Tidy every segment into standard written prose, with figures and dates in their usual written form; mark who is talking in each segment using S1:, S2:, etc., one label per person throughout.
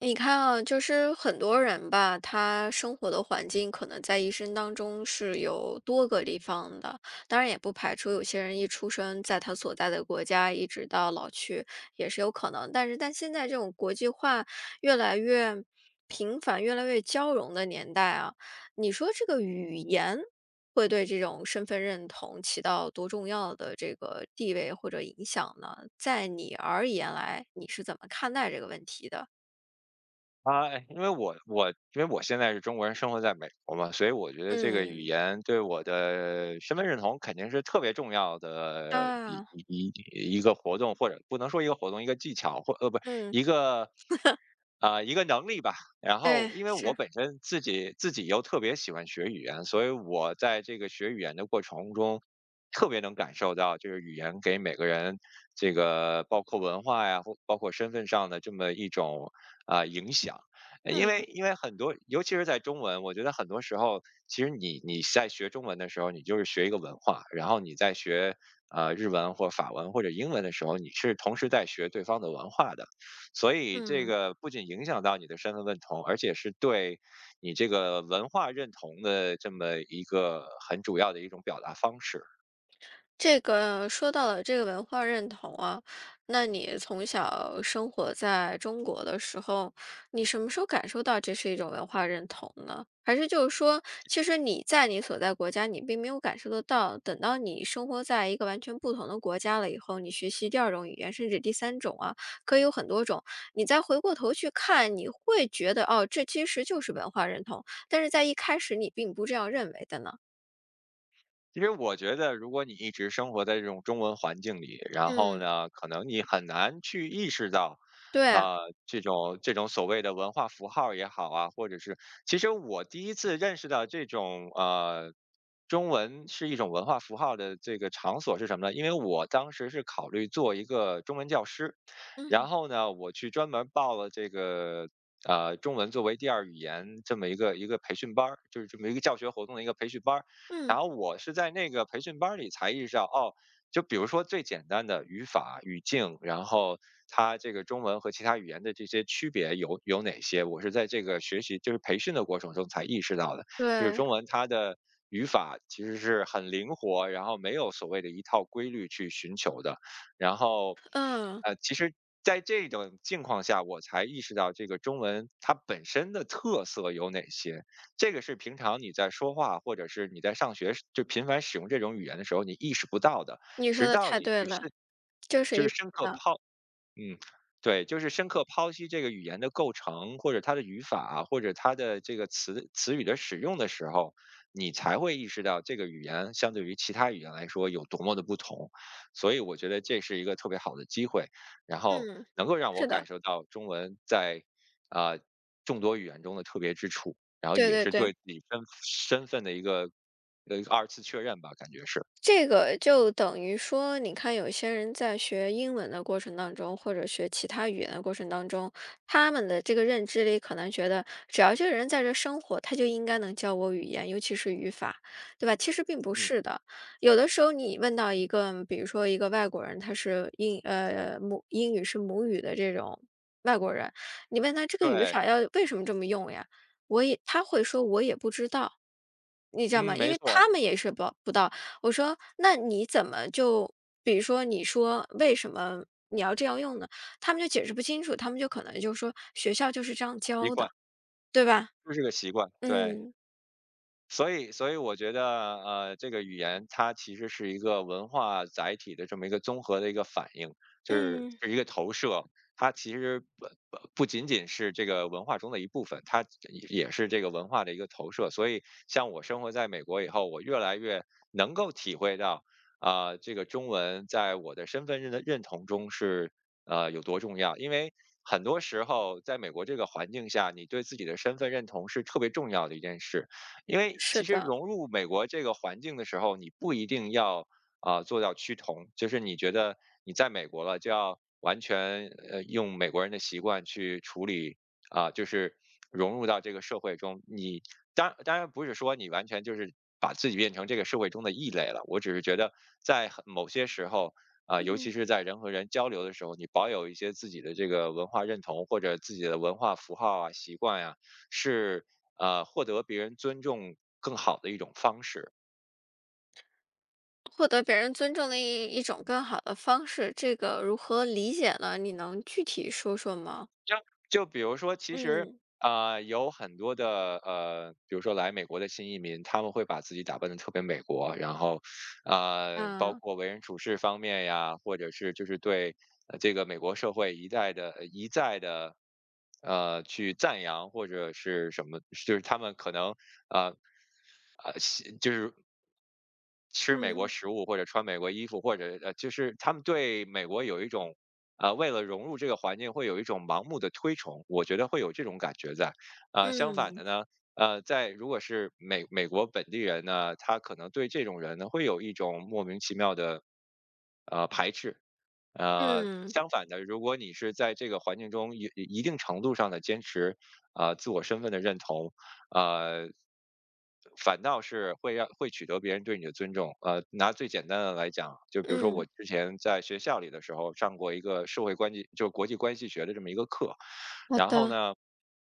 S1: 你看啊，就是很多人吧，他生活的环境可能在一生当中是有多个地方的，当然也不排除有些人一出生在他所在的国家，一直到老去也是有可能。但现在这种国际化越来越频繁、越来越交融的年代啊，你说这个语言会对这种身份认同起到多重要的这个地位或者影响呢？在你而言来，你是怎么看待这个问题的？
S2: 啊，哎因为我我因为我现在是中国人，生活在美国嘛，所以我觉得这个语
S1: 嗯，
S2: 言对我的身份认同肯定是特别重要的一
S1: 啊，
S2: 一一一个活动，或者不能说一个活动，一个技巧，或不
S1: 嗯，
S2: 一个一个能力吧。然
S1: 对，
S2: 后，因为我
S1: 是，
S2: 本身自己又特别喜欢学语言，所以我在这个学语言的过程中，特别能感受到，就是语言给每个人这个包括文化呀，或包括身份上的这么一种影响。呃因为
S1: 嗯，
S2: 因为很多，尤其是在中文，我觉得很多时候，其实你在学中文的时候，你就是学一个文化，然后你在学日文或法文或者英文的时候，你是同时在学对方的文化的。所以这
S1: 嗯。
S2: 个不仅影响到你的身份认同，而且是对你这个文化认同的这么一个很主要的一种表达方式。
S1: 这个说到了这个文化认同啊，那你从小生活在中国的时候，你什么时候感受到这是一种文化认同呢？还是就是说，其实你在你所在国家，你并没有感受得到，等到你生活在一个完全不同的国家了以后，你学习第二种语言，甚至第三种啊，可以有很多种。你再回过头去看，你会觉得哦，这其实就是文化认同，但是在一开始你并不这样认为的呢。
S2: 其实我觉得，如果你一直生活在这种中文环境里，然后
S1: 嗯
S2: 呢，可能你很难去意识到
S1: 对，
S2: 啊、这种所谓的文化符号也好啊，或者是，其实我第一次认识到这种中文是一种文化符号的这个场所是什么呢？因为我当时是考虑做一个中文教师，然
S1: 嗯
S2: 后呢，我去专门报了这个。中文作为第二语言这么一个培训班儿，就是这么一个教学活动的一个培训班儿，
S1: 嗯，
S2: 然后我是在那个培训班儿里才意识到，哦，就比如说最简单的语法、语境，然后它这个中文和其他语言的这些区别有哪些，我是在这个学习就是培训的过程中才意识到的。就是
S1: 对。
S2: 中文它的语法其实是很灵活，然后没有所谓的一套规律去寻求的。然后，
S1: 嗯，
S2: 其实在这种境况下，我才意识到这个中文它本身的特色有哪些。这个是平常你在说话或者是你在上学时就频繁使用这种语言的时候，你意识不到的，
S1: 你说
S2: 直
S1: 的
S2: 到
S1: 太
S2: 你
S1: 对
S2: 去
S1: 了，这是一
S2: 就是深刻
S1: 的，
S2: 泡。嗯，对，就是深刻剖析这个语言的构成，或者它的语法，或者它的这个词语的使用的时候，你才会意识到这个语言相对于其他语言来说有多么的不同。所以我觉得这是一个特别好的机会，然后
S1: 嗯，
S2: 能够让我
S1: 是
S2: 感
S1: 的，
S2: 受到中文在啊、呃众多语言中的特别之处，然后
S1: 对
S2: 也
S1: 对
S2: 是对
S1: 对。
S2: 自己身份的一个二次确认吧，感觉是，
S1: 这个就等于说，你看有些人在学英文的过程当中，或者学其他语言的过程当中，他们的这个认知里可能觉得，只要这个人在这生活，他就应该能教我语言，尤其是语法，对吧？其实并不
S2: 嗯，
S1: 是的。有的时候你问到一个，比如说一个外国人，他是英语是母语的这种外国人，你问他这个语
S2: 对，
S1: 法要为什么这么用呀？他会说，我也不知道。你知道
S2: 嗯，
S1: 吗？因
S2: 没
S1: 为
S2: 错儿，
S1: 他们也是不到我说：“那你怎么就比如说你说为什么你要这样用呢？”他们就解释不清楚，他们就可能就说：“学校就是这样
S2: 习
S1: 教的，
S2: 惯
S1: 对吧？”
S2: 就是个习惯，对。
S1: 嗯，
S2: 所以我觉得，这个语言它其实是一个文化载体的这么一个综合的一个反应，就是
S1: 嗯，
S2: 是一个投射。它其实不仅仅是这个文化中的一部分，它也是这个文化的一个投射。所以，像我生活在美国以后，我越来越能够体会到，这个中文在我的身份认的认同中是有多重要，因为很多时候，在美国这个环境下，你对自己的身份认同是特别重要的一件事。因为
S1: 是
S2: 其实
S1: 的。
S2: 融入美国这个环境的时候，你不一定要做到趋同，就是你觉得你在美国了，就要完全用美国人的习惯去处理就是融入到这个社会中。你当然不是说你完全就是把自己变成这个社会中的异类了，我只是觉得在某些时候，尤其
S1: 嗯。
S2: 是在人和人交流的时候，你保有一些自己的这个文化认同或者自己的文化符号啊、习惯呀，是获得别人尊重更好的一种方式。
S1: 获得别人尊重的一种更好的方式，这个如何理解呢？你能具体说说吗？
S2: 就就比如说，其实
S1: 嗯。
S2: 有很多的比如说来美国的新移民，他们会把自己打扮的特别美国，然后包
S1: 啊。
S2: 括为人处事方面呀，或者是就是对这个美国社会一再的去赞扬或者是什么，就是他们可能呃就是吃美国
S1: 嗯，
S2: 食物或者穿美国衣服，或者就是他们对美国有一种，为了融入这个环境会有一种盲目的推崇，我觉得会有这种感觉在。相反的
S1: 嗯，
S2: 呢，如果是美国本地人呢，他可能对这种人呢会有一种莫名其妙的排斥。
S1: 嗯，
S2: 相反的，如果你是在这个环境中一定程度上的坚持，自我身份的认同，呃，反倒是会取得别人对你的尊重。拿最简单的来讲，就比如说我
S1: 嗯，
S2: 之前在学校里的时候上过一个社会关系，就国际关系学的这么一个课，
S1: 好
S2: 然后
S1: 的，
S2: 呢，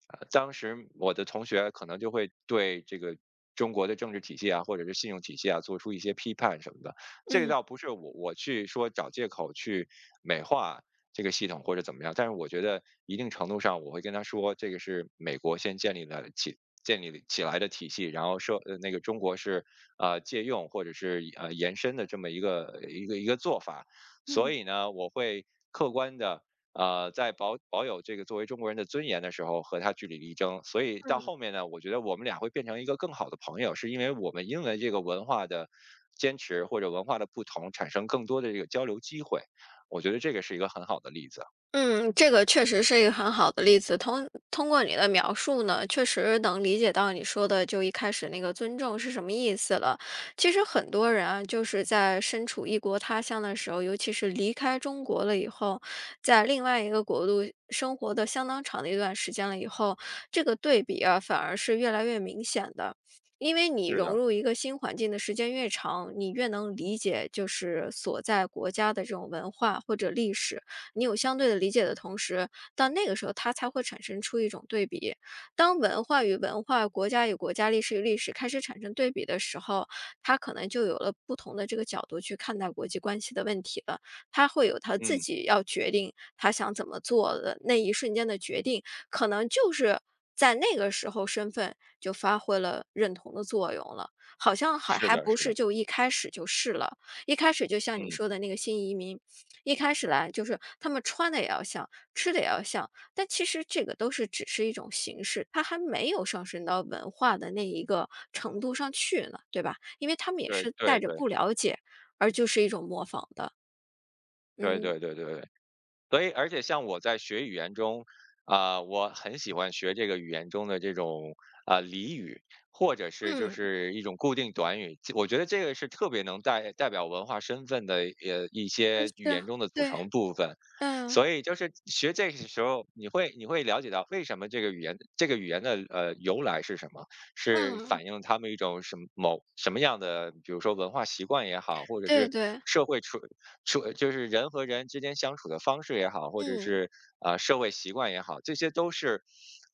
S2: 当时我的同学可能就会对这个中国的政治体系啊，或者是信用体系啊，做出一些批判什么的，这个
S1: 嗯，
S2: 倒不是我去说找借口去美化这个系统或者怎么样。但是我觉得一定程度上，我会跟他说，这个是美国先建立起来的体系，然后说那个中国是借用或者是延伸的这么一个做法。所
S1: 嗯。
S2: 以呢，我会客观的在保有这个作为中国人的尊严的时候，和他据理力争。所以到
S1: 嗯。
S2: 后面呢，我觉得我们俩会变成一个更好的朋友，是因为我们因为这个文化的坚持或者文化的不同，产生更多的这个交流机会。我觉得这个是一个很好的例子。
S1: 嗯，这个确实是一个很好的例子。通过你的描述呢，确实能理解到你说的就一开始那个尊重是什么意思了。其实很多人啊，就是在身处异国他乡的时候，尤其是离开中国了以后，在另外一个国度生活的相当长的一段时间了以后，这个对比啊，反而是越来越明显的。因为你
S2: 是
S1: 融
S2: 的，
S1: 入一个新环境的时间越长，你越能理解就是所在国家的这种文化或者历史。你有相对的理解的同时，到那个时候它才会产生出一种对比。当文化与文化、国家与国家、历史与历史开始产生对比的时候，它可能就有了不同的这个角度去看待国际关系的问题了。他会有他自
S2: 嗯，
S1: 己要决定他想怎么做的那一瞬间的决定，可能就是在那个时候身份就发挥了认同的作用了。好像还
S2: 是
S1: 还
S2: 的，
S1: 不
S2: 是
S1: 是
S2: 的，
S1: 就一开始就是了，一开始就像你
S2: 嗯，
S1: 说的那个新移民，一开始来就是他们穿的也要像，吃的也要像，但其实这个都是只是一种形式，它还没有上升到文化的那一个程度上去呢，对吧？因为他们也
S2: 对
S1: 是
S2: 对
S1: 带着
S2: 对
S1: 不了解，而就是一种模仿的，
S2: 对
S1: 嗯
S2: 对对对对。所以，而且像我在学语言中，我很喜欢学这个语言中的这种俚语，或者是就
S1: 嗯，
S2: 是一种固定短语。我觉得这个是特别能代表文化身份的一
S1: 对
S2: 些语
S1: 是啊
S2: 言中的组
S1: 对，
S2: 成部分。
S1: 嗯
S2: 所以就是学这个时候，你会了解到为什么这个语言的由来是什么，是
S1: 嗯，
S2: 反映他们一种什么样的，比如说文化习惯也好，或者
S1: 对
S2: 是
S1: 对，
S2: 社会就是人和人之间相处的方式也好，或者
S1: 嗯
S2: 是社会习惯也好，这些都是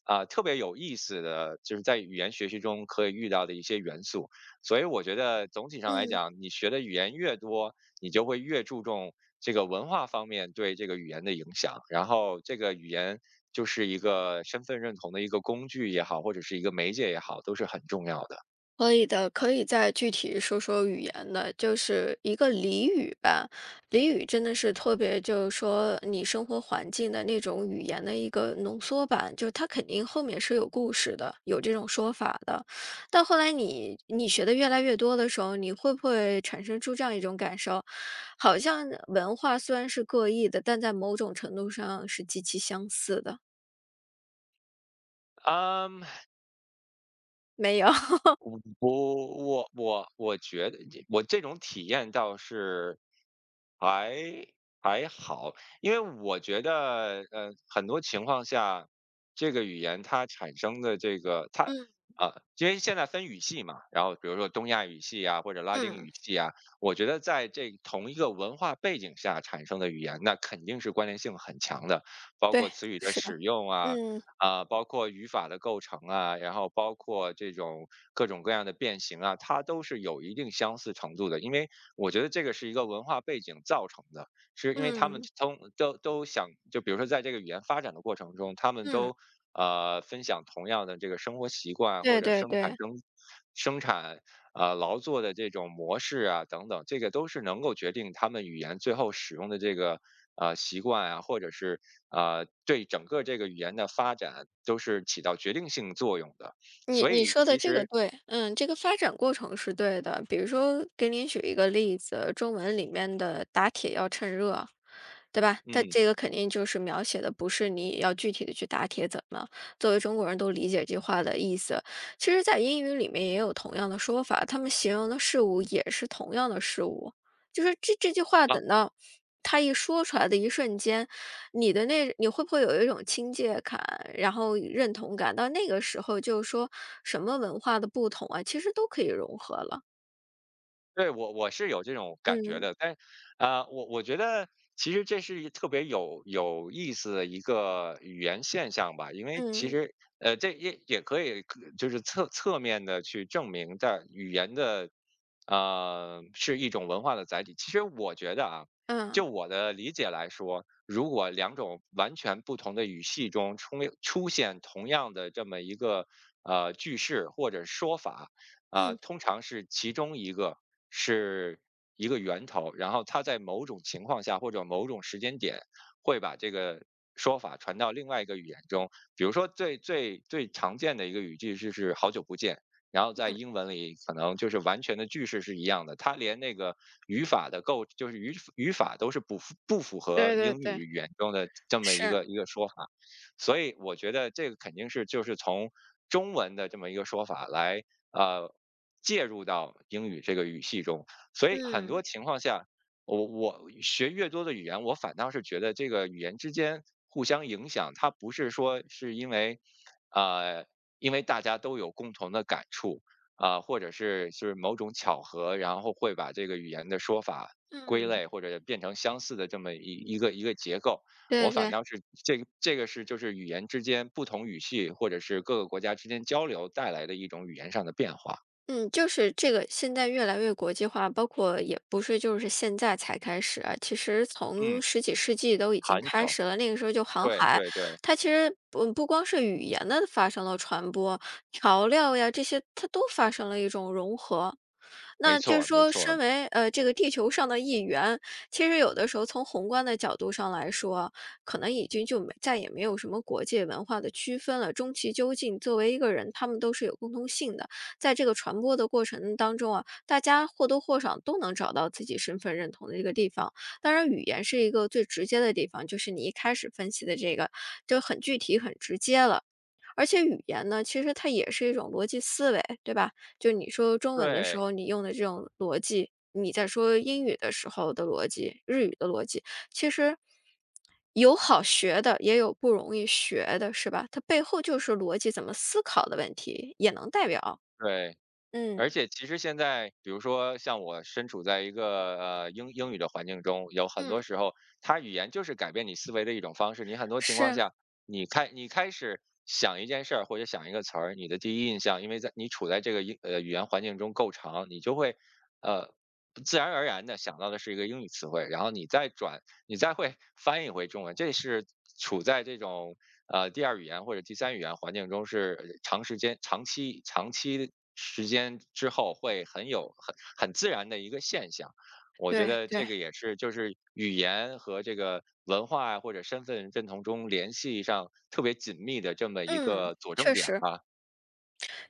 S2: 特别有意思的，就是在语言学习中可以遇到的一些元素。所以我觉得总体上来
S1: 嗯。
S2: 讲，你学的语言越多，你就会越注重这个文化方面对这个语言的影响，然后这个语言就是一个身份认同的一个工具也好，或者是一个媒介也好，都是很重要的。
S1: 可以的，可以再具体说说语言的，就是一个俚语吧。俚语真的是特别，就是说你生活环境的那种语言的一个浓缩版，就是它肯定后面是有故事的，有这种说法的。到后来你学的越来越多的时候，你会不会产生出这样一种感受，好像文化虽然是各异的，但在某种程度上是极其相似的？
S2: 嗯。
S1: 没有，
S2: 我我我觉得我这种体验倒是还还好，因为我觉得很多情况下，这个语言它产生的这个
S1: 嗯
S2: 因为现在分语系嘛，然后比如说东亚语系啊或者拉丁
S1: 嗯，
S2: 语系啊，我觉得在这同一个文化背景下产生的语言，那肯定是关联性很强的，包
S1: 对，
S2: 括词语的
S1: 是的，
S2: 使用啊，
S1: 嗯。
S2: 啊，包括语法的构成啊，然后包括这种各种各样的变形啊，它都是有一定相似程度的。因为我觉得这个是一个文化背景造成的，是因为他们
S1: 嗯
S2: 都想。就比如说，在这个语言发展的过程中，他们
S1: 嗯。
S2: 都分享同样的这个生活习惯，或
S1: 对
S2: 者
S1: 对对，
S2: 生产劳作的这种模式啊等等，这个都是能够决定他们语言最后使用的这个习惯啊，或者是啊，对整个这个语言的发展都是起到决定性作用的。
S1: 你
S2: 所
S1: 你
S2: 以
S1: 说的
S2: 其
S1: 这个
S2: 实。
S1: 对，嗯，这个发展过程是对的。比如说，给你举一个例子，中文里面的“打铁要趁热”，对吧？它
S2: 嗯。
S1: 这个肯定就是描写的不是你要具体的去打铁怎么，作为中国人都理解这句话的意思。其实，在英语里面也有同样的说法，他们形容的事物也是同样的事物，就是这这句话
S2: 啊。
S1: 等到。他一说出来的一瞬间，你的那你会不会有一种亲切感，然后认同感？到那个时候就是说什么文化的不同啊，其实都可以融合了。
S2: 对，我是有这种感觉
S1: 嗯
S2: 的，但是，我觉得其实这是一特别有意思的一个语言现象吧。因为其
S1: 嗯
S2: 实，这也可以就是侧面的去证明的语言的，是一种文化的载体。其实我觉得啊，就
S1: 嗯
S2: 我的理解来说，如果两种完全不同的语系中出现同样的这么一个句式或者说法，啊，
S1: 嗯
S2: 通常是其中一个是一个源头，然后它在某种情况下或者某种时间点会把这个说法传到另外一个语言中。比如说最常见的一个语句就是"好久不见"，然后在
S1: 嗯，
S2: 英文里可能就是完全的句式是一样的，它连那个语法的构就是语法都是不符合
S1: 对对
S2: 英语
S1: 对，
S2: 语言中的这么一
S1: 是，
S2: 个一个说法。所以我觉得这个肯定是就是从中文的这么一个说法来呃介入到英语这个语系中。所以很
S1: 嗯
S2: 多情况下，我学越多的语言，我反倒是觉得这个语言之间互相影响，它不是说是因为呃大家都有共同的感触。啊、或者是某种巧合，然后会把这个语言的说法归
S1: 嗯。
S2: 类或者变成相似的这么一个结构。我
S1: 对
S2: 反
S1: 对。
S2: 倒是这个就是语言之间不同语系或者是各个国家之间交流带来的一种语言上的变化。
S1: 嗯，就是这个现在越来越国际化，包括也不是就是现在才开始啊，其实
S2: 嗯。
S1: 从十几世纪都已经
S2: 很
S1: 开
S2: 久。
S1: 始了。那个时候就航
S2: 对
S1: 海，
S2: 对对。
S1: 它其实不光是语言的发生了传播，调料呀这些它都发生了一种融合。
S2: 没
S1: 那就
S2: 错
S1: 是
S2: 儿没
S1: 说，
S2: 错儿。
S1: 身为这个地球上的一员，其实有的时候从宏观的角度上来说，可能已经就没再也没有什么国界文化的区分了。终其究竟，作为一个人，他们都是有共通性的。在这个传播的过程当中啊，大家或多或少都能找到自己身份认同的一个地方。当然，语言是一个最直接的地方，就是你一开始分析的这个，就很具体、很直接了。而且语言呢，其实它也是一种逻辑思维，对吧？就你说中文的时
S2: 对
S1: 候，你用的这种逻辑，你在说英语的时候的逻辑，日语的逻辑，其实有好学的，也有不容易学的，是吧？它背后就是逻辑怎么思考的问题，也能代表。
S2: 对。而
S1: 嗯，
S2: 且其实现在，比如说像我身处在一个英语的环境中，有很
S1: 嗯，
S2: 多时候，它语言就是改变你思维的一种方式。你很多情况
S1: 是，
S2: 下，你开始想一件事儿或者想一个词儿，你的第一印象，因为在你处在这个语言环境中够长，你就会呃自然而然的想到的是一个英语词汇，然后你再会翻译回中文。这是处在这种第二语言或者第三语言环境中是长时间、长期时间之后会很自然的一个现象。我觉
S1: 对
S2: 得这
S1: 对，
S2: 个也是，就是语言和这个文化啊或者身份认同中联系上特别紧密的这么一
S1: 嗯，
S2: 个佐证
S1: 确
S2: 点
S1: 实。
S2: 吧。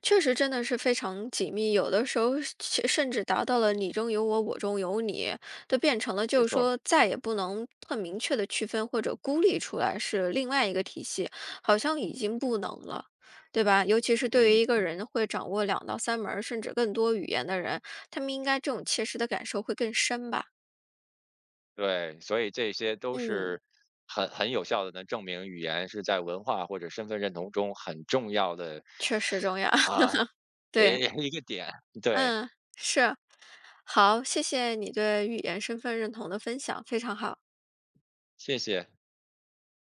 S1: 确实真的是非常紧密，有的时候是其甚至达到了你中有我，我中有你，都变成了
S2: 没
S1: 就是
S2: 错儿。
S1: 说再也不能很明确的区分或者孤立出来是另外一个体系，好像已经不能了，对吧？尤其是对于
S2: 嗯。
S1: 一个人会掌握两到三门儿甚至更多语言的人，他们应该这种切实的感受会更深吧？
S2: 对，所以这些都
S1: 嗯，
S2: 是很有效的能证明语言是在文化或者身份认同中很重要的
S1: 确实重要，
S2: 啊。诶，
S1: 对，
S2: 一个点。对。
S1: 嗯，是。好，谢谢你对语言身份认同的分享，非常好。
S2: 谢谢。